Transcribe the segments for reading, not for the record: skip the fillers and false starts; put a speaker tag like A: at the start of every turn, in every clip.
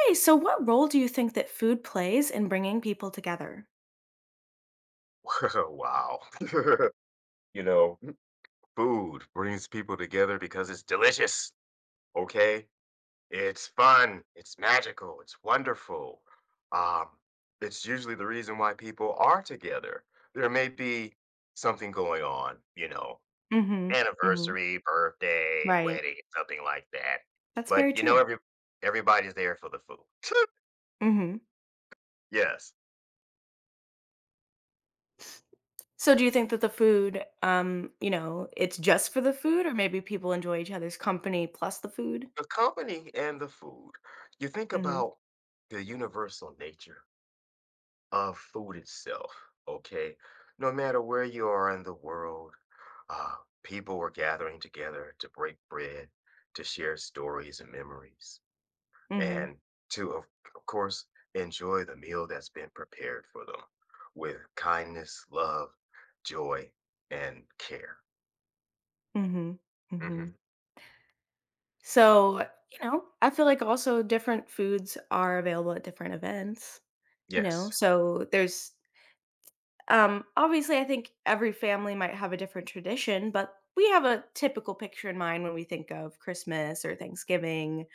A: Hey, so what role do you think that food plays in bringing people together?
B: Wow. You know, food brings people together because it's delicious, okay? It's fun, it's magical, it's wonderful. Um, it's usually the reason why people are together. There may be something going on, you know,
A: Mm Mhm. Mm Mhm.
B: anniversary, birthday,
A: Right.
B: wedding, something like that.
A: That's
B: But
A: very
B: you know,
A: true.
B: everybody's there for the food.
A: Mm Mhm.
B: Yes.
A: So do you think that the food, it's just for the food or maybe people enjoy each other's company plus the food?
B: The company and the food. You think
A: Mm
B: about the universal nature of food itself, okay? No matter where you are in the world, uh, people were gathering together to break bread, to share stories and memories,
A: Mhm.
B: and to, of course, enjoy the meal that's been prepared for them with kindness, love, joy, and care.
A: Mm Mhm. Mm Mhm. Mm
B: Hmm.
A: Mhm. So, I feel like also different foods are available at different events, you know?
B: Yes,
A: So there's obviously, I think every family might have a different tradition, but we have a typical picture in mind when we think of Christmas or Thanksgiving,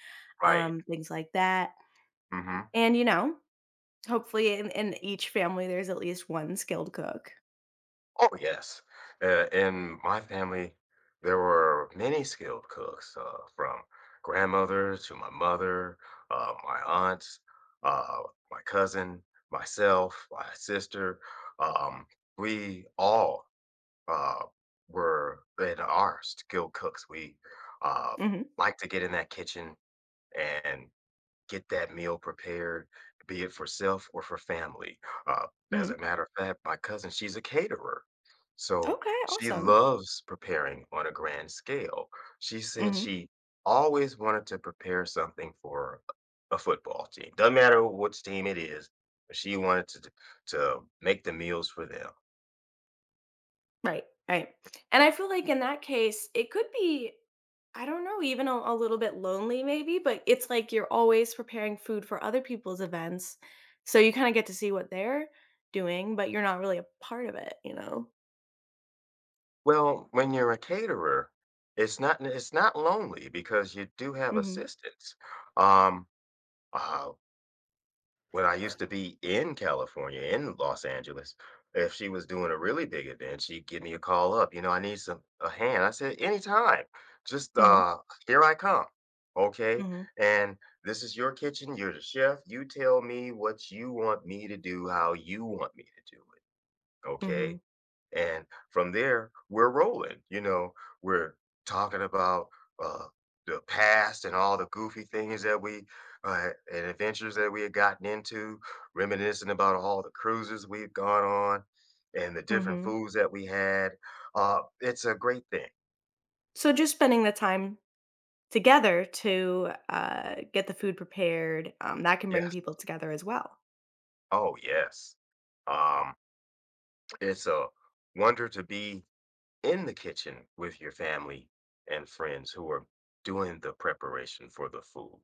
B: right.
A: things like that.
B: Hmm.
A: And, hopefully in each family, there's at least one skilled cook.
B: Oh, yes. In my family, there were many skilled cooks, from grandmother to my mother, my aunts, uh, my cousin, myself, my sister. Um, we all uh, were and are skilled cooks. We uh,
A: Hmm.
B: like to get in that kitchen and get that meal prepared, be it for self or for family. Uh, as a
A: Hmm.
B: matter of fact, my cousin, she's a caterer. So
A: Okay,
B: she
A: awesome.
B: loves preparing on a grand scale. She said
A: Mm-hmm.
B: she always wanted to prepare something for a football team. Doesn't matter which team it is, but she wanted to make the meals for them.
A: Right, right. And I feel like in that case, it could be, I don't know, even a little bit lonely maybe, but it's like you're always preparing food for other people's events. So you kind of get to see what they're doing, but you're not really a part of it, you know?
B: Well, when you're a caterer, it's not lonely because you do have
A: Hmm.
B: assistants. Um, uh, When I used to be in California, in Los Angeles, if she was doing a really big event, she'd give me a call up, you know, "I need some a hand." I said, "Anytime. Just,
A: Hmm.
B: here I come. Okay?
A: Hmm.
B: And this is your kitchen, you're the chef, you tell me what you want me to do, how you want me to do it.
A: Hmm.
B: Okay?" And from there, we're rolling. You know, we're talking about uh, the past and all the goofy things that we and adventures that we had gotten into, reminiscing about all the cruises we've gone on and the different
A: Hmm.
B: foods that we had. It's a great thing.
A: So just spending the time together to get the food prepared, that can bring
B: Yes.
A: people together as well.
B: Oh, yes. Um, it's a wonder to be in the kitchen with your family and friends who are doing the preparation for the food.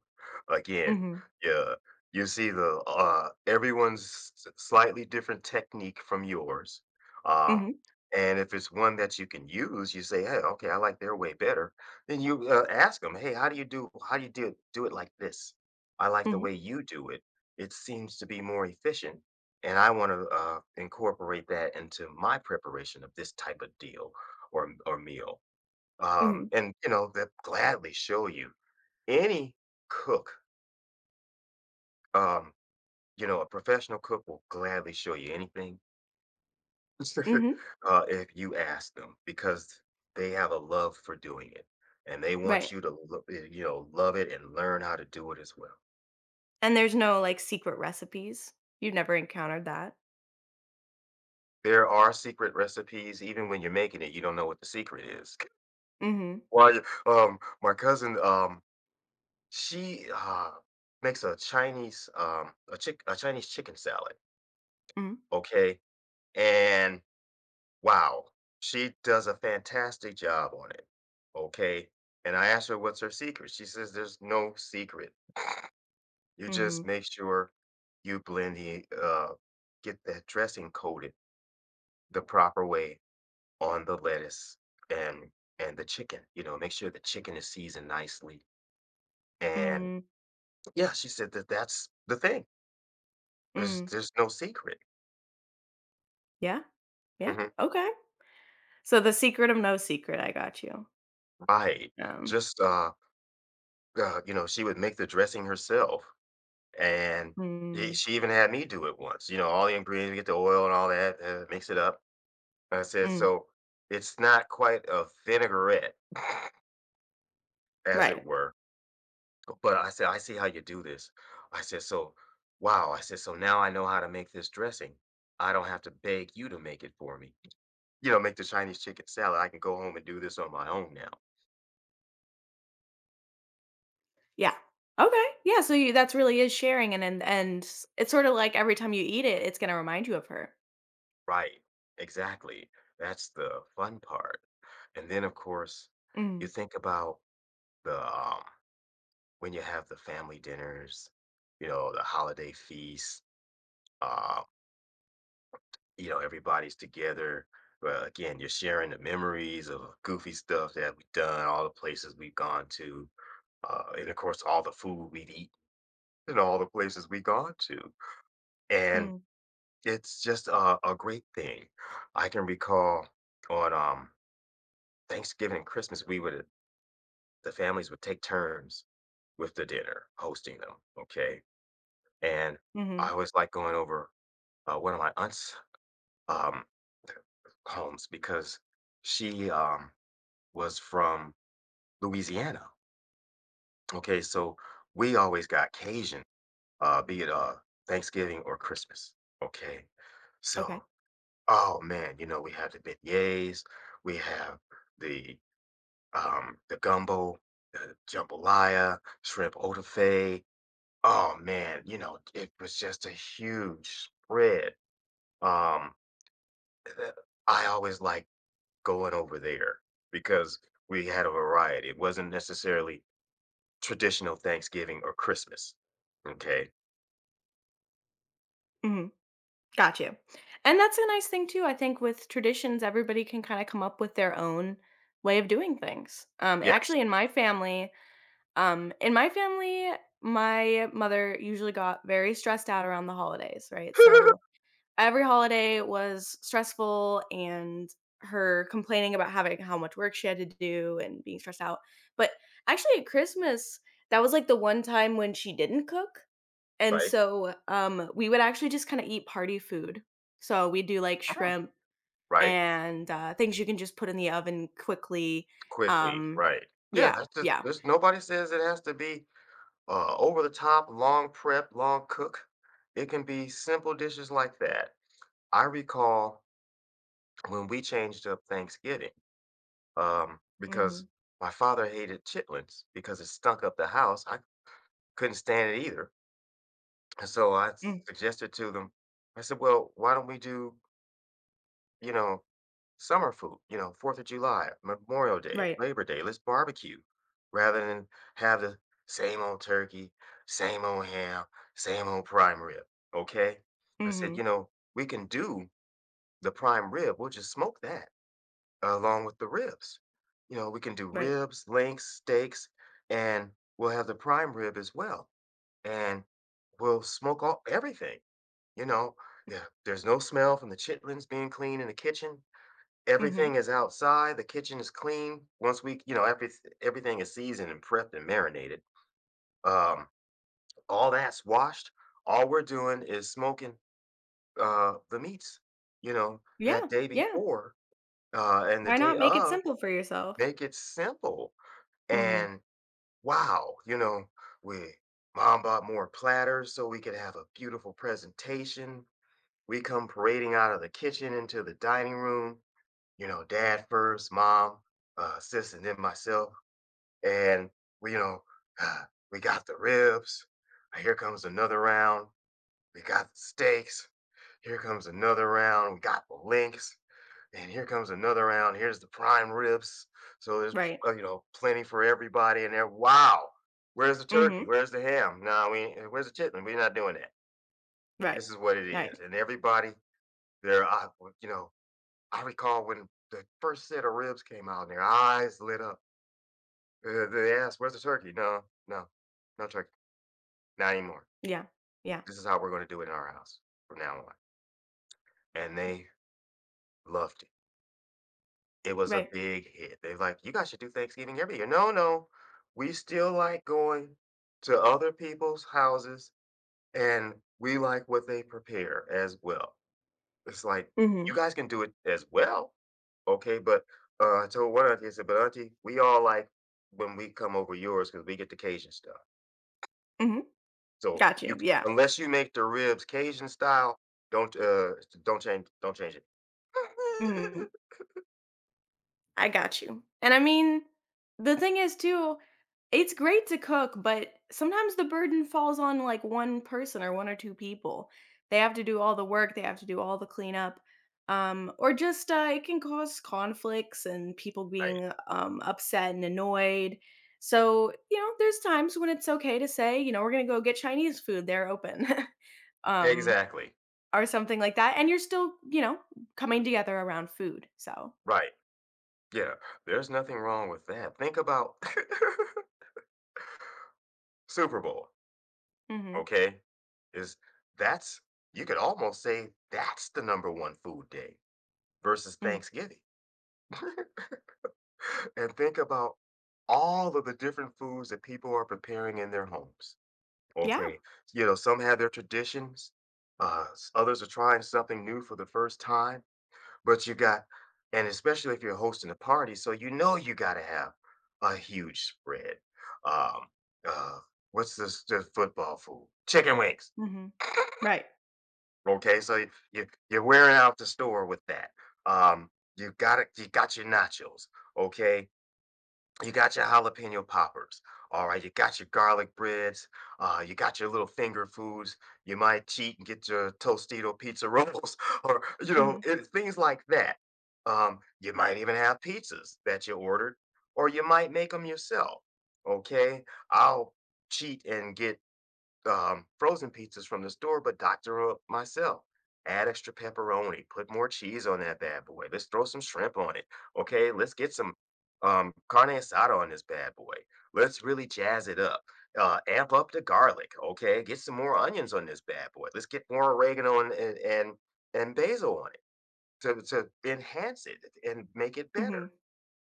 B: Again,
A: Hmm.
B: yeah, you see the everyone's slightly different technique from yours. Um,
A: Hmm.
B: and if it's one that you can use, you say, "Hey, okay, I like their way better." Then you ask them, "Hey, how do you do? How do you do it like this? I like the
A: Hmm.
B: way you do it. It seems to be more efficient." And I want to incorporate that into my preparation of this type of deal or meal.
A: Hmm.
B: And you know, they'll gladly show you. Any cook, um, a professional cook will gladly show you anything
A: Hmm.
B: if you ask them because they have a love for doing it and they want
A: Right.
B: you to love it and learn how to do it as well.
A: And there's no, like, secret recipes? You've never encountered that?
B: There are secret recipes; even when you're making it, you don't know what the secret is.
A: Mhm.
B: Why? My cousin, she makes a Chinese chicken salad.
A: Mhm.
B: Okay, and wow, she does a fantastic job on it. Okay, and I asked her what's her secret. She says there's no secret. You just
A: Mhm.
B: make sure you blend the get that dressing coated the proper way on the lettuce and and the chicken. You know, make sure the chicken is seasoned nicely. And
A: Mm.
B: yeah, she said that that's the thing. There's
A: Mhm.
B: there's no secret.
A: Yeah, yeah,
B: Mhm.
A: okay. So the secret of no secret, I got you.
B: Right.
A: Um,
B: Just uh, she would make the dressing herself. And I
A: mm,
B: she even had me do it once, you know, all the ingredients, we get the oil and all that, mix it up. And I said,
A: mm,
B: "So, it's not quite a vinaigrette, as it
A: right,
B: were." But I said, "I see how you do this." I said, "So wow," I said, "So now I know how to make this dressing. I don't have to beg you to make it for me. You know, make the Chinese chicken salad. I can go home and do this on my own now."
A: yeah. Okay, yeah, so you that's really is sharing and s it's sorta like every time you eat it, it's gonna remind you of her.
B: Right. Exactly. That's the fun part. And then, of course, you
A: Mm,
B: think about the, um when you have the family dinners, you know, the holiday feasts, uh, you know, everybody's together. Well, again, you're sharing the memories of goofy stuff that we've done, all the places we've gone to, and of course, all the food we've eaten and all the places we've gone to. And
A: mm,
B: it's just a great thing. I can recall on Thanksgiving and Christmas, the families would take turns with the dinner, hosting them. Okay. And I
A: mhm,
B: always like going over one of my aunts' um, homes because she was from Louisiana. Okay, so we always got Cajun, be it Thanksgiving or Christmas. Okay,
A: okay,
B: so oh man, you know we have the beignets, we have the the gumbo, the jambalaya, shrimp etouffee. Oh man, you know it was just a huge spread. Um, uh, I always like going over there because we had a variety. It wasn't necessarily traditional Thanksgiving or Christmas. Okay.
A: mhm. Got you. And that's a nice thing too. I think with traditions, everybody can kind of come up with their own way of doing things.
B: Yes.
A: Actually, in my family, um, in my family, my mother usually got very stressed out around the holidays, right? So every holiday was stressful and her complaining about having how much work she had to do and being stressed out. But actually, at Christmas, that was like the one time when she didn't cook and
B: Right.
A: so, we would actually just kinda eat party food. So, we do, like, shrimp
B: Right.
A: and, things you can just put in the oven quickly,
B: Quickly.
A: um
B: Right. Yeah.
A: Yeah,
B: That's just,
A: yeah.
B: there's nobody says it has to be over the top, long prep, long cook. It can be simple dishes like that. I recall when we changed up Thanksgiving because
A: Mhm.
B: my father hated chitlins because it stunk up the house. I couldn't stand it either. And so I
A: Mm,
B: suggested to them, I said, well, why don't we do, you know, summer food, you know, 4th of July, Memorial Day,
A: right.
B: Labor Day, let's barbecue rather than have the same old turkey, same old ham, same old prime rib. Okay. I said, you
A: Mhm.
B: know, we can do the prime rib. We'll just smoke that along with the ribs. You know, we can do
A: Right.
B: ribs, links, steaks, and we'll have the prime rib as well and will smoke all everything, you know? Yeah, there's no smell from the chitlins being clean in the kitchen.
A: Mhm.
B: Everything is outside, the kitchen is clean. Once we you know, every everything is seasoned and prepped and marinated. Um, all that's washed. All we're doing is smoking, the meats, you know,
A: Yeah,
B: that day
A: yeah.
B: before, and the
A: Why
B: day
A: not make it
B: of.
A: simple for yourself?
B: Make it simple.
A: Mhm.
B: And wow, you know, we mom bought more platters so we could have a beautiful presentation. We come parading out of the kitchen into the dining room, you know, dad first, mom, sis, and then myself. And we, you know, we got the ribs. Here comes another round. We got the steaks. Here comes another round. We got the links. And here comes another round. Here's the prime ribs. So there's,
A: Right.
B: plenty for everybody in there. Wow. Where's the turkey?
A: Mhm.
B: Where's the ham? No, nah, we. Ain't- where's the chitlin? We're not doing that.
A: Right.
B: This is what it is.
A: Right.
B: And everybody, they're, uh, you know, I recall when the first set of ribs came out and their eyes lit up. They asked, where's the turkey? No, no, no turkey. Not anymore.
A: Yeah. Yeah.
B: This is how we're going to do it in our house from now on. And they loved it. It was a
A: Right.
B: big hit. They're like, you guys should do Thanksgiving every year. No, no. We still like going to other people's houses and we like what they prepare as well. It's like, "You
A: Mhm.
B: guys can do it as well." Okay, but, I told one auntie, I said, "But auntie, we all like when we come over yours because we get the Cajun stuff.
A: Mhm.
B: So
A: Got you,
B: you
A: yeah.
B: unless you make the ribs Cajun style, don't, uh, don't change it."
A: Mhm. I got you. And I mean, the thing is too, it's great to cook, but sometimes the burden falls on like one person or one or two people. They have to do all the work, they have to do all the cleanup. Or just it can cause conflicts and people
B: Right.
A: being upset and annoyed. So, there's times when it's okay to say, we're going to go get Chinese food, they're open. um,
B: Exactly.
A: or something like that. And you're still, coming together around food. So,
B: Right. Yeah. There's nothing wrong with that. Think about Super Bowl,
A: mhm,
B: okay? Is That's, you could almost say that's the number 1 food day versus
A: mm.
B: Thanksgiving. And think about all of the different foods that people are preparing in their homes.
A: Yeah.
B: Okay. You know, some have their traditions, others are trying something new for the first time, but you got, and especially if you're hosting a party, so you know you got to have a huge spread. Um, uh, what's this, the football food? Chicken wings.
A: Mhm. Right.
B: Okay. So you're wearing out the store with that. Um, you got it. You got your nachos. Okay, you got your jalapeno poppers. All right, you got your garlic breads. You got your little finger foods. You might cheat and get your Tostito pizza rolls, or
A: Mhm.
B: things like that. You might even have pizzas that you ordered, or you might make them yourself. Okay, I'll cheat and get frozen pizzas from the store, but doctor up myself. Add extra pepperoni, put more cheese on that bad boy. Let's throw some shrimp on it. Okay, let's get some carne asada on this bad boy. Let's really jazz it up. Amp up the garlic. Okay, get some more onions on this bad boy. Let's get more oregano and basil on it to enhance it and make it better.
A: Mhm.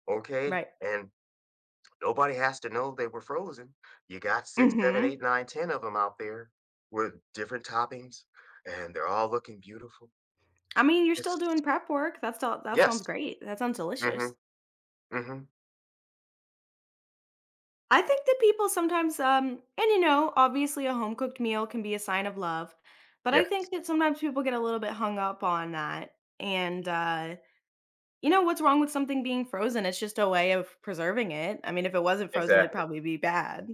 B: Okay,
A: Right.
B: and nobody has to know they were frozen. You got six, 7,
A: Mhm.
B: 8, 9, 10 of them out there with different toppings, and they're all looking beautiful.
A: I mean, you're
B: It's
A: still doing prep work. That's all. That sounds
B: yes.
A: great. That sounds delicious.
B: Mhm, mm mhm.
A: I think that people sometimes and obviously a home cooked meal can be a sign of love, but I
B: Yes,
A: think that sometimes people get a little bit hung up on that. And you know what's wrong with something being frozen? It's just a way of preserving it. I mean, if it wasn't frozen, it'd
B: exactly,
A: probably be bad.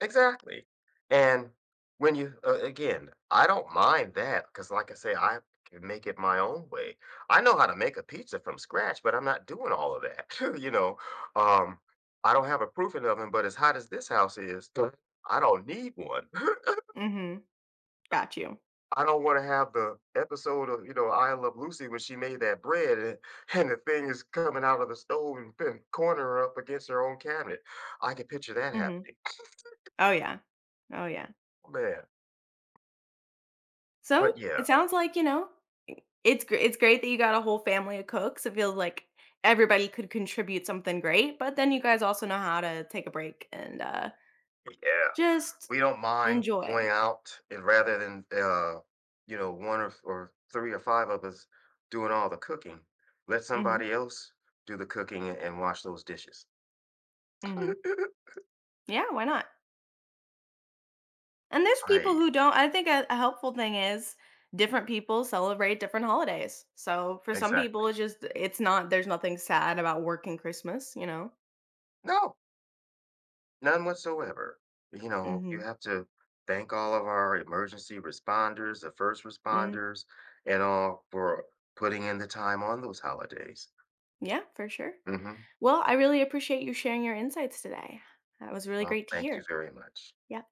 B: exactly. And when you again, I don't mind that because, like I say, I can make it my own way. I know how to make a pizza from scratch, but I'm not doing all of that, you know? Um, I don't have a proofing oven, but as hot as this house is, I don't need one.
A: Mhm. Got you.
B: I don't want to have the episode of, you know, I Love Lucy when she made that bread and the thing is coming out of the stove and corner her up against her own cabinet. I can picture that
A: Mhm.
B: happening.
A: Oh yeah. Oh yeah.
B: Oh, man.
A: So,
B: But yeah,
A: it sounds like, it's great that you got a whole family of cooks. It feels like everybody could contribute something great, but then you guys also know how to take a break and,
B: yeah.
A: just
B: We don't mind
A: enjoy.
B: going out, and rather than you know, one or three or five of us doing all the cooking, let
A: Mhm,
B: somebody else do the cooking and wash those dishes.
A: mhm. Yeah, why not? And there's people
B: Right.
A: who don't. I think a helpful thing is different people celebrate different holidays. So, for some
B: Exactly.
A: people, it's just it's not there's nothing sad about working Christmas, you know?
B: No. None whatsoever. You know, you
A: Mhm,
B: have to thank all of our emergency responders, the first
A: mm.
B: responders, and all for putting in the time on those holidays.
A: Yeah, for sure.
B: Mhm.
A: Well, I really appreciate you sharing your insights today. That was really
B: Well,
A: great to
B: thank you
A: hear.
B: very much.
A: Yeah.